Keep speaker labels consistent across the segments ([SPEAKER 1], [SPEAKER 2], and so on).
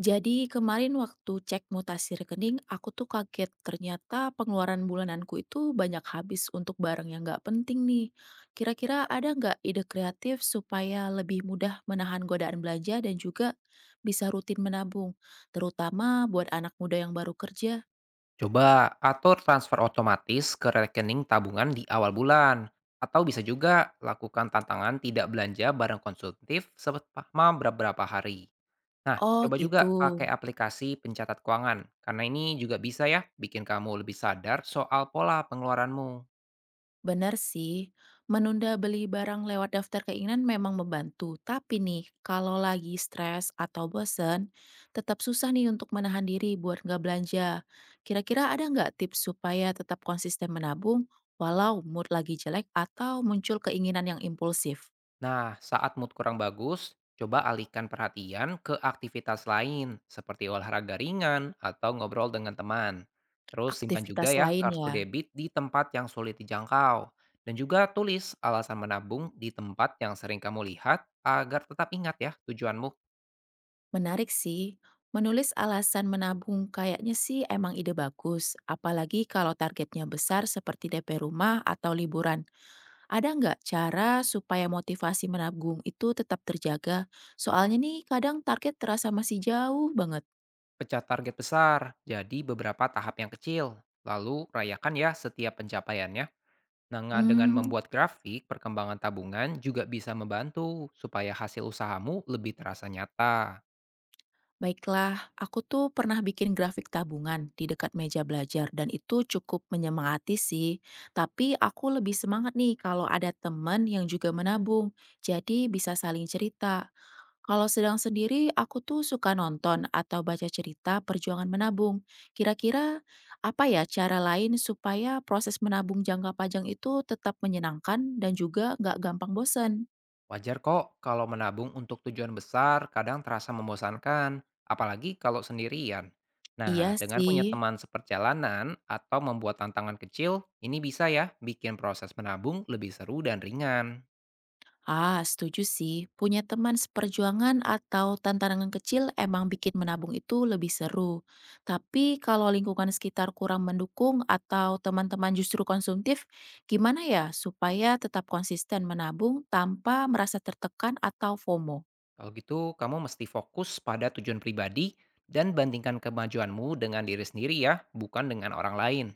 [SPEAKER 1] Jadi kemarin waktu cek mutasi rekening, aku tuh kaget ternyata pengeluaran bulananku itu banyak habis untuk barang yang nggak penting nih. Kira-kira ada nggak ide kreatif supaya lebih mudah menahan godaan belanja dan juga bisa rutin menabung, terutama buat anak muda yang baru kerja?
[SPEAKER 2] Coba atur transfer otomatis ke rekening tabungan di awal bulan. Atau bisa juga lakukan tantangan tidak belanja barang konsumtif selama beberapa hari. Nah,
[SPEAKER 1] Oh
[SPEAKER 2] coba juga
[SPEAKER 1] gitu.
[SPEAKER 2] pakai aplikasi pencatat keuangan. Karena ini juga bisa ya bikin kamu lebih sadar soal pola pengeluaranmu.
[SPEAKER 1] Benar sih, menunda beli barang lewat daftar keinginan memang membantu. Tapi nih, kalau lagi stres atau bosen, tetap susah nih untuk menahan diri buat nggak belanja. Kira-kira ada nggak tips supaya tetap konsisten menabung walau mood lagi jelek atau muncul keinginan yang impulsif?
[SPEAKER 2] Nah, saat mood kurang bagus, coba alihkan perhatian ke aktivitas lain seperti olahraga ringan atau ngobrol dengan teman. Terus simpan juga
[SPEAKER 1] Aktivitas
[SPEAKER 2] ya
[SPEAKER 1] lain
[SPEAKER 2] kartu
[SPEAKER 1] ya.
[SPEAKER 2] debit di tempat yang sulit dijangkau. Dan juga tulis alasan menabung di tempat yang sering kamu lihat agar tetap ingat ya tujuanmu.
[SPEAKER 1] Menarik sih, menulis alasan menabung kayaknya sih emang ide bagus. Apalagi kalau targetnya besar seperti DP rumah atau liburan. Ada nggak cara supaya motivasi menabung itu tetap terjaga? Soalnya nih kadang target terasa masih jauh banget.
[SPEAKER 2] Pecah target besar, jadi beberapa tahap yang kecil. Lalu rayakan ya setiap pencapaiannya. Nah, dengan
[SPEAKER 1] Mmm,
[SPEAKER 2] membuat grafik, perkembangan tabungan juga bisa membantu supaya hasil usahamu lebih terasa nyata.
[SPEAKER 1] Baiklah, aku tuh pernah bikin grafik tabungan di dekat meja belajar dan itu cukup menyemangati sih. Tapi aku lebih semangat nih kalau ada teman yang juga menabung, jadi bisa saling cerita. Kalau sedang sendiri, aku tuh suka nonton atau baca cerita perjuangan menabung. Kira-kira apa ya cara lain supaya proses menabung jangka panjang itu tetap menyenangkan dan juga nggak gampang bosen?
[SPEAKER 2] Wajar kok kalau menabung untuk tujuan besar kadang terasa membosankan, apalagi kalau sendirian. Nah,
[SPEAKER 1] Iya
[SPEAKER 2] dengan punya
[SPEAKER 1] sih.
[SPEAKER 2] teman seperjalanan atau membuat tantangan kecil, ini bisa ya bikin proses menabung lebih seru dan ringan.
[SPEAKER 1] Ah, setuju sih. Punya teman seperjuangan atau tantangan kecil emang bikin menabung itu lebih seru. Tapi kalau lingkungan sekitar kurang mendukung atau teman-teman justru konsumtif, gimana ya supaya tetap konsisten menabung tanpa merasa tertekan atau FOMO?
[SPEAKER 2] Kalau gitu, kamu mesti fokus pada tujuan pribadi dan bandingkan kemajuanmu dengan diri sendiri ya, bukan dengan orang lain.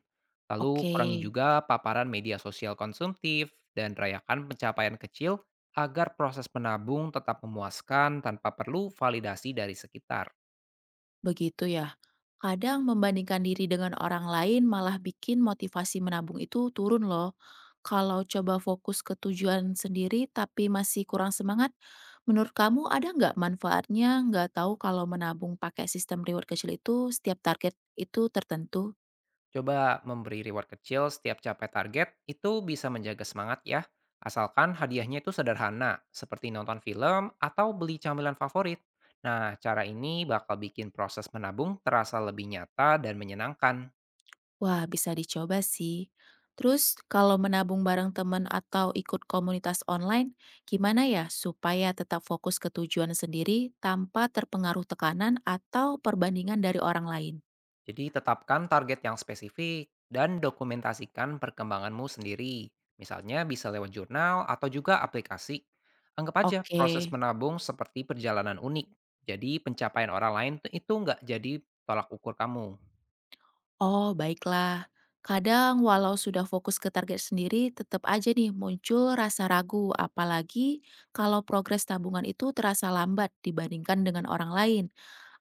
[SPEAKER 2] Lalu
[SPEAKER 1] Oke.
[SPEAKER 2] kurangi juga paparan media sosial konsumtif dan rayakan pencapaian kecil agar proses menabung tetap memuaskan tanpa perlu validasi dari sekitar.
[SPEAKER 1] Begitu ya. Kadang membandingkan diri dengan orang lain malah bikin motivasi menabung itu turun loh. Kalau coba fokus ke tujuan sendiri tapi masih kurang semangat, menurut kamu ada nggak manfaatnya? Nggak tahu kalau menabung pakai sistem reward kecil itu setiap target itu tertentu?
[SPEAKER 2] Coba memberi reward kecil setiap capai target itu bisa menjaga semangat ya, asalkan hadiahnya itu sederhana, seperti nonton film atau beli camilan favorit. Nah, cara ini bakal bikin proses menabung terasa lebih nyata dan menyenangkan.
[SPEAKER 1] Wah, bisa dicoba sih. Terus, kalau menabung bareng teman atau ikut komunitas online, gimana ya supaya tetap fokus ke tujuan sendiri tanpa terpengaruh tekanan atau perbandingan dari orang lain?
[SPEAKER 2] Jadi tetapkan target yang spesifik dan dokumentasikan perkembanganmu sendiri. Misalnya bisa lewat jurnal atau juga aplikasi. Anggap aja
[SPEAKER 1] Oke,
[SPEAKER 2] proses menabung seperti perjalanan unik. Jadi pencapaian orang lain tuh itu nggak jadi tolak ukur kamu.
[SPEAKER 1] oh baiklah. Kadang, walau sudah fokus ke target sendiri, tetap aja nih muncul rasa ragu, apalagi kalau progres tabungan itu terasa lambat dibandingkan dengan orang lain.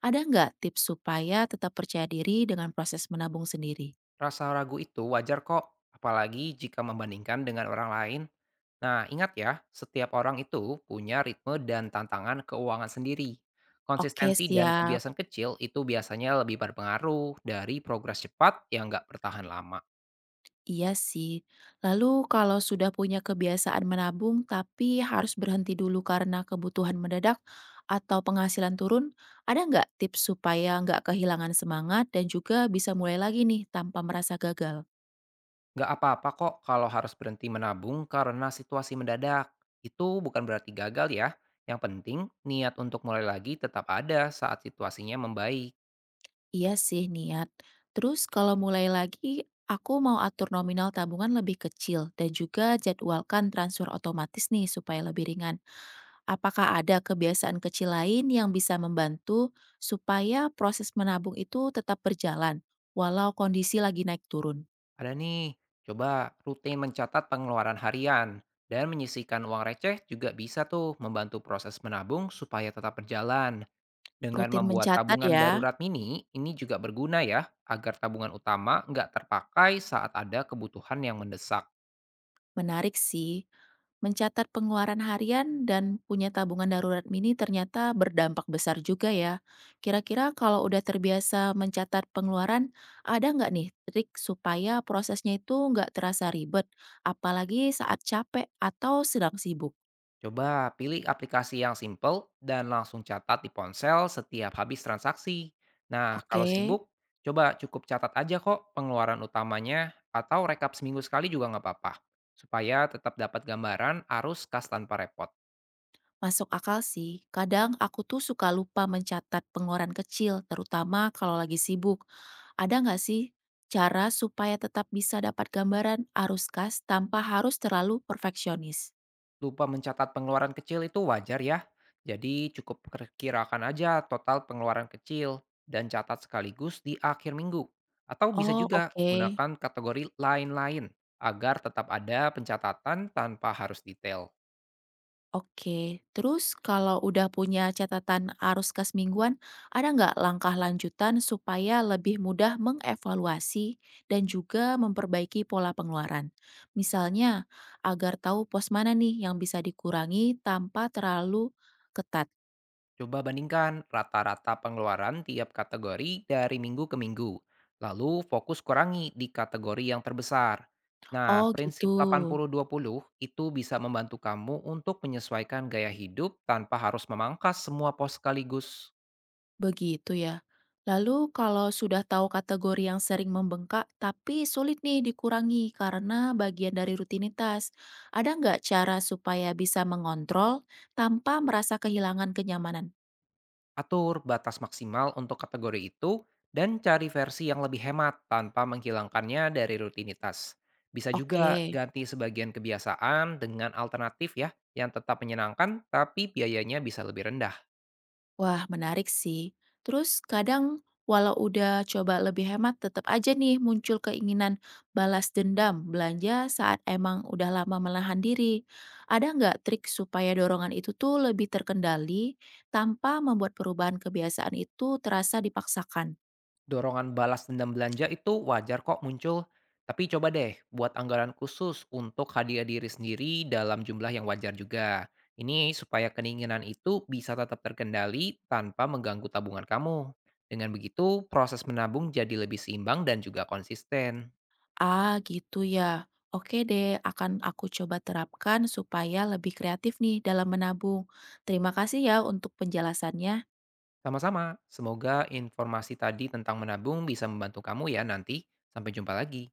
[SPEAKER 1] Ada nggak tips supaya tetap percaya diri dengan proses menabung sendiri?
[SPEAKER 2] Rasa ragu itu wajar kok, apalagi jika membandingkan dengan orang lain. Nah, ingat ya, setiap orang itu punya ritme dan tantangan keuangan sendiri.
[SPEAKER 1] Oke,
[SPEAKER 2] Konsistensi dan
[SPEAKER 1] siap.
[SPEAKER 2] kebiasaan kecil itu biasanya lebih berpengaruh dari progres cepat yang nggak bertahan lama.
[SPEAKER 1] Iya sih. Lalu kalau sudah punya kebiasaan menabung tapi harus berhenti dulu karena kebutuhan mendadak atau penghasilan turun, ada nggak tips supaya nggak kehilangan semangat dan juga bisa mulai lagi nih tanpa merasa gagal?
[SPEAKER 2] Nggak apa-apa kok kalau harus berhenti menabung karena situasi mendadak. Itu bukan berarti gagal ya. Yang penting, niat untuk mulai lagi tetap ada saat situasinya membaik.
[SPEAKER 1] Iya sih, niat. Terus kalau mulai lagi, aku mau atur nominal tabungan lebih kecil dan juga jadwalkan transfer otomatis nih supaya lebih ringan. Apakah ada kebiasaan kecil lain yang bisa membantu supaya proses menabung itu tetap berjalan walau kondisi lagi naik turun?
[SPEAKER 2] Ada nih, coba rutin mencatat pengeluaran harian dan menyisihkan uang receh juga bisa tuh membantu proses menabung supaya tetap berjalan. Dengan
[SPEAKER 1] Rutin
[SPEAKER 2] membuat
[SPEAKER 1] mencatat
[SPEAKER 2] tabungan
[SPEAKER 1] ya,
[SPEAKER 2] darurat mini, ini juga berguna ya, agar tabungan utama nggak terpakai saat ada kebutuhan yang mendesak.
[SPEAKER 1] menarik sih. Mencatat pengeluaran harian dan punya tabungan darurat mini ternyata berdampak besar juga ya. Kira-kira kalau udah terbiasa mencatat pengeluaran, ada nggak nih trik supaya prosesnya itu nggak terasa ribet, apalagi saat capek atau sedang sibuk?
[SPEAKER 2] Coba pilih aplikasi yang simple dan langsung catat di ponsel setiap habis transaksi. Nah, kalau
[SPEAKER 1] Oke.
[SPEAKER 2] sibuk, coba cukup catat aja kok pengeluaran utamanya atau rekap seminggu sekali juga nggak apa-apa. Supaya tetap dapat gambaran arus kas tanpa repot.
[SPEAKER 1] Masuk akal sih. Kadang aku tuh suka lupa mencatat pengeluaran kecil, terutama kalau lagi sibuk. Ada nggak sih cara supaya tetap bisa dapat gambaran arus kas tanpa harus terlalu perfeksionis?
[SPEAKER 2] Lupa mencatat pengeluaran kecil itu wajar ya. Jadi cukup perkirakan aja total pengeluaran kecil dan catat sekaligus di akhir minggu. Atau bisa
[SPEAKER 1] Oh,
[SPEAKER 2] juga
[SPEAKER 1] oke.
[SPEAKER 2] gunakan kategori lain-lain agar tetap ada pencatatan tanpa harus detail.
[SPEAKER 1] Oke, terus kalau udah punya catatan arus kas mingguan, ada nggak langkah lanjutan supaya lebih mudah mengevaluasi dan juga memperbaiki pola pengeluaran? Misalnya, agar tahu pos mana nih yang bisa dikurangi tanpa terlalu ketat.
[SPEAKER 2] Coba bandingkan rata-rata pengeluaran tiap kategori dari minggu ke minggu, lalu fokus kurangi di kategori yang terbesar. Nah,
[SPEAKER 1] Oh gitu.
[SPEAKER 2] prinsip 80-20 itu bisa membantu kamu untuk menyesuaikan gaya hidup tanpa harus memangkas semua pos sekaligus.
[SPEAKER 1] Begitu ya. Lalu kalau sudah tahu kategori yang sering membengkak tapi sulit nih dikurangi karena bagian dari rutinitas, ada nggak cara supaya bisa mengontrol tanpa merasa kehilangan kenyamanan?
[SPEAKER 2] Atur batas maksimal untuk kategori itu dan cari versi yang lebih hemat tanpa menghilangkannya dari rutinitas. Bisa
[SPEAKER 1] Oke.
[SPEAKER 2] juga ganti sebagian kebiasaan dengan alternatif ya yang tetap menyenangkan tapi biayanya bisa lebih rendah.
[SPEAKER 1] Wah, menarik sih. Terus kadang walau udah coba lebih hemat tetap aja nih muncul keinginan balas dendam belanja saat emang udah lama menahan diri. Ada nggak trik supaya dorongan itu tuh lebih terkendali tanpa membuat perubahan kebiasaan itu terasa dipaksakan?
[SPEAKER 2] Dorongan balas dendam belanja itu wajar kok muncul, tapi coba deh buat anggaran khusus untuk hadiah diri sendiri dalam jumlah yang wajar juga. Ini supaya keinginan itu bisa tetap terkendali tanpa mengganggu tabungan kamu. Dengan begitu, proses menabung jadi lebih seimbang dan juga konsisten.
[SPEAKER 1] Ah, gitu ya. Oke deh, akan aku coba terapkan supaya lebih kreatif nih dalam menabung. Terima kasih ya untuk penjelasannya.
[SPEAKER 2] Sama-sama, semoga informasi tadi tentang menabung bisa membantu kamu ya nanti. Sampai jumpa lagi.